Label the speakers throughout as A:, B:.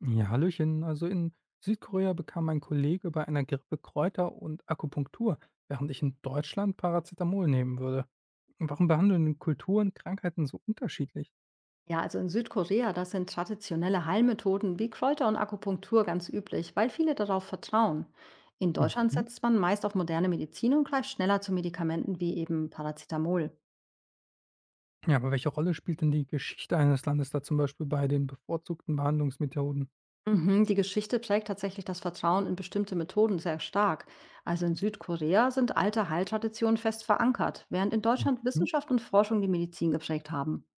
A: Ja, hallöchen. Also in Südkorea bekam mein Kollege bei einer Grippe Kräuter und Akupunktur, während ich in Deutschland Paracetamol nehmen würde. Warum behandeln denn Kulturen Krankheiten so unterschiedlich?
B: Ja, also in Südkorea, das sind traditionelle Heilmethoden wie Kräuter und Akupunktur ganz üblich, weil viele darauf vertrauen. In Deutschland
A: Mhm.
B: setzt man meist auf moderne Medizin und greift schneller zu Medikamenten wie eben Paracetamol.
A: Ja, aber welche Rolle spielt denn die Geschichte eines Landes da zum Beispiel bei den bevorzugten Behandlungsmethoden?
B: Mhm, die Geschichte prägt tatsächlich das Vertrauen in bestimmte Methoden sehr stark. Also in Südkorea sind alte Heiltraditionen fest verankert, während in Deutschland
A: Mhm.
B: Wissenschaft und Forschung die Medizin geprägt haben.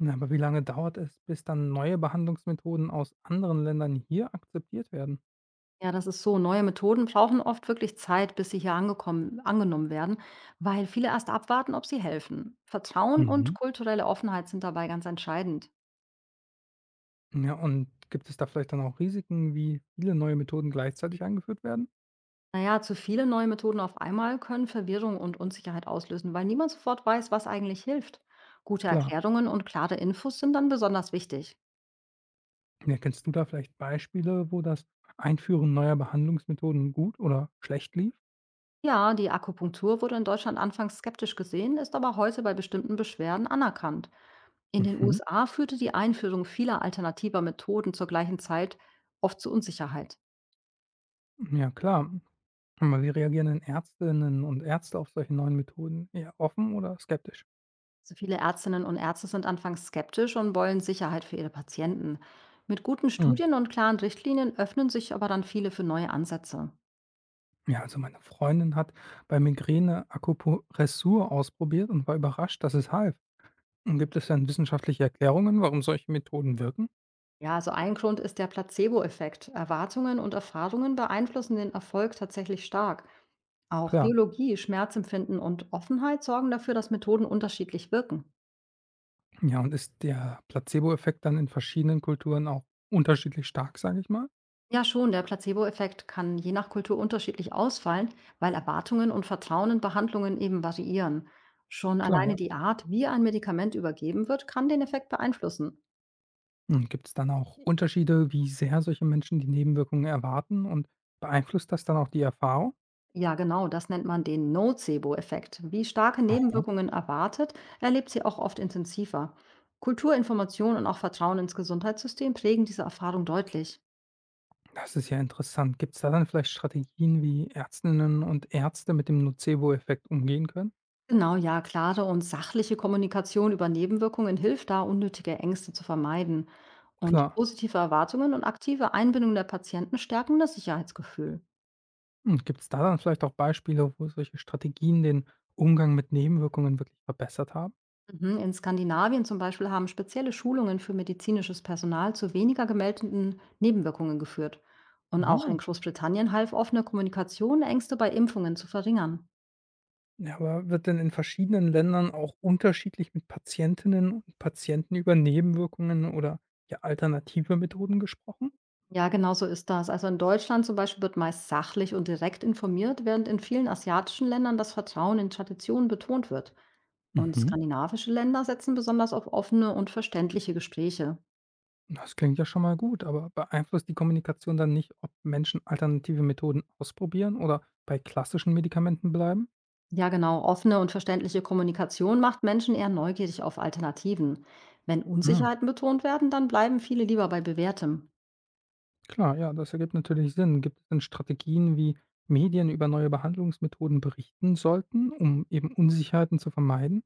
A: Ja, aber wie lange dauert es, bis dann neue Behandlungsmethoden aus anderen Ländern hier akzeptiert werden?
B: Ja, das ist so. Neue Methoden brauchen oft wirklich Zeit, bis sie hier angenommen werden, weil viele erst abwarten, ob sie helfen. Vertrauen und
A: Mhm.
B: kulturelle Offenheit sind dabei ganz entscheidend.
A: Ja, und gibt es da vielleicht dann auch Risiken, wie viele neue Methoden gleichzeitig eingeführt werden?
B: Naja, zu viele neue Methoden auf einmal können Verwirrung und Unsicherheit auslösen, weil niemand sofort weiß, was eigentlich hilft. Gute
A: Klar.
B: Erklärungen und klare Infos sind dann besonders wichtig.
A: Ja, kennst du da vielleicht Beispiele, wo das Einführen neuer Behandlungsmethoden gut oder schlecht lief?
B: Ja, die Akupunktur wurde in Deutschland anfangs skeptisch gesehen, ist aber heute bei bestimmten Beschwerden anerkannt. In den
A: Mhm.
B: USA führte die Einführung vieler alternativer Methoden zur gleichen Zeit oft zu Unsicherheit.
A: Ja, klar. Aber wie reagieren denn Ärztinnen und Ärzte auf solche neuen Methoden? Eher offen oder skeptisch?
B: So viele Ärztinnen und Ärzte sind anfangs skeptisch und wollen Sicherheit für ihre Patienten. Mit guten
A: Mhm.
B: Studien und klaren Richtlinien öffnen sich aber dann viele für neue Ansätze.
A: Ja, also meine Freundin hat bei Migräne Akupressur ausprobiert und war überrascht, dass es half. Und gibt es dann wissenschaftliche Erklärungen, warum solche Methoden wirken?
B: Ja, also ein Grund ist der Placebo-Effekt. Erwartungen und Erfahrungen beeinflussen den Erfolg tatsächlich stark. Auch
A: Klar.
B: Biologie, Schmerzempfinden und Offenheit sorgen dafür, dass Methoden unterschiedlich wirken.
A: Ja, und ist der Placebo-Effekt dann in verschiedenen Kulturen auch unterschiedlich stark, sage ich mal?
B: Ja, schon. Der Placebo-Effekt kann je nach Kultur unterschiedlich ausfallen, weil Erwartungen und Vertrauen in Behandlungen eben variieren. Schon
A: Klar,
B: alleine
A: ja.
B: die Art, wie ein Medikament übergeben wird, kann den Effekt beeinflussen.
A: Gibt es dann auch Unterschiede, wie sehr solche Menschen die Nebenwirkungen erwarten und beeinflusst das dann auch die Erfahrung?
B: Ja, genau, das nennt man den Nocebo-Effekt. Wie starke
A: Aha.
B: Nebenwirkungen erwartet, erlebt sie auch oft intensiver. Kultur und auch Vertrauen ins Gesundheitssystem prägen diese Erfahrung deutlich.
A: Das ist ja interessant. Gibt es da dann vielleicht Strategien, wie Ärztinnen und Ärzte mit dem Nocebo-Effekt umgehen können?
B: Genau, ja, klare und sachliche Kommunikation über Nebenwirkungen hilft da, unnötige Ängste zu vermeiden. Und
A: Klar.
B: positive Erwartungen und aktive Einbindung der Patienten stärken das Sicherheitsgefühl.
A: Gibt es da dann vielleicht auch Beispiele, wo solche Strategien den Umgang mit Nebenwirkungen wirklich verbessert haben?
B: Mhm. In Skandinavien zum Beispiel haben spezielle Schulungen für medizinisches Personal zu weniger gemeldeten Nebenwirkungen geführt. Und auch
A: Aha.
B: in Großbritannien half offene Kommunikation, Ängste bei Impfungen zu verringern.
A: Ja, aber wird denn in verschiedenen Ländern auch unterschiedlich mit Patientinnen und Patienten über Nebenwirkungen oder ja, alternative Methoden gesprochen?
B: Ja, genau so ist das. Also in Deutschland zum Beispiel wird meist sachlich und direkt informiert, während in vielen asiatischen Ländern das Vertrauen in Traditionen betont wird. Und
A: Mhm.
B: skandinavische Länder setzen besonders auf offene und verständliche Gespräche.
A: Das klingt ja schon mal gut, aber beeinflusst die Kommunikation dann nicht, ob Menschen alternative Methoden ausprobieren oder bei klassischen Medikamenten bleiben?
B: Ja, genau, offene und verständliche Kommunikation macht Menschen eher neugierig auf Alternativen. Wenn
A: Hm.
B: Unsicherheiten betont werden, dann bleiben viele lieber bei bewährtem.
A: Klar, ja, das ergibt natürlich Sinn. Gibt es denn Strategien, wie Medien über neue Behandlungsmethoden berichten sollten, um eben Unsicherheiten zu vermeiden?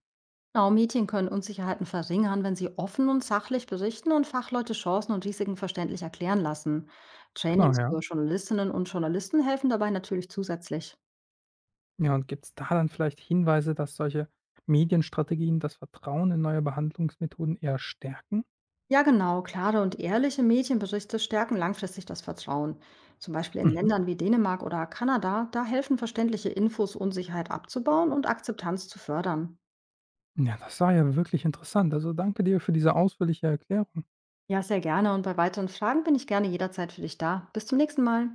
B: Genau, Medien können Unsicherheiten verringern, wenn sie offen und sachlich berichten und Fachleute Chancen und Risiken verständlich erklären lassen.
A: Klar,
B: Trainings
A: ja.
B: für Journalistinnen und Journalisten helfen dabei natürlich zusätzlich.
A: Ja, und gibt es da dann vielleicht Hinweise, dass solche Medienstrategien das Vertrauen in neue Behandlungsmethoden eher stärken?
B: Ja, genau. Klare und ehrliche Medienberichte stärken langfristig das Vertrauen. Zum Beispiel in
A: Mhm.
B: Ländern wie Dänemark oder Kanada, da helfen verständliche Infos, Unsicherheit abzubauen und Akzeptanz zu fördern.
A: Ja, das war ja wirklich interessant. Also danke dir für diese ausführliche Erklärung.
B: Ja, sehr gerne. Und bei weiteren Fragen bin ich gerne jederzeit für dich da. Bis zum nächsten Mal.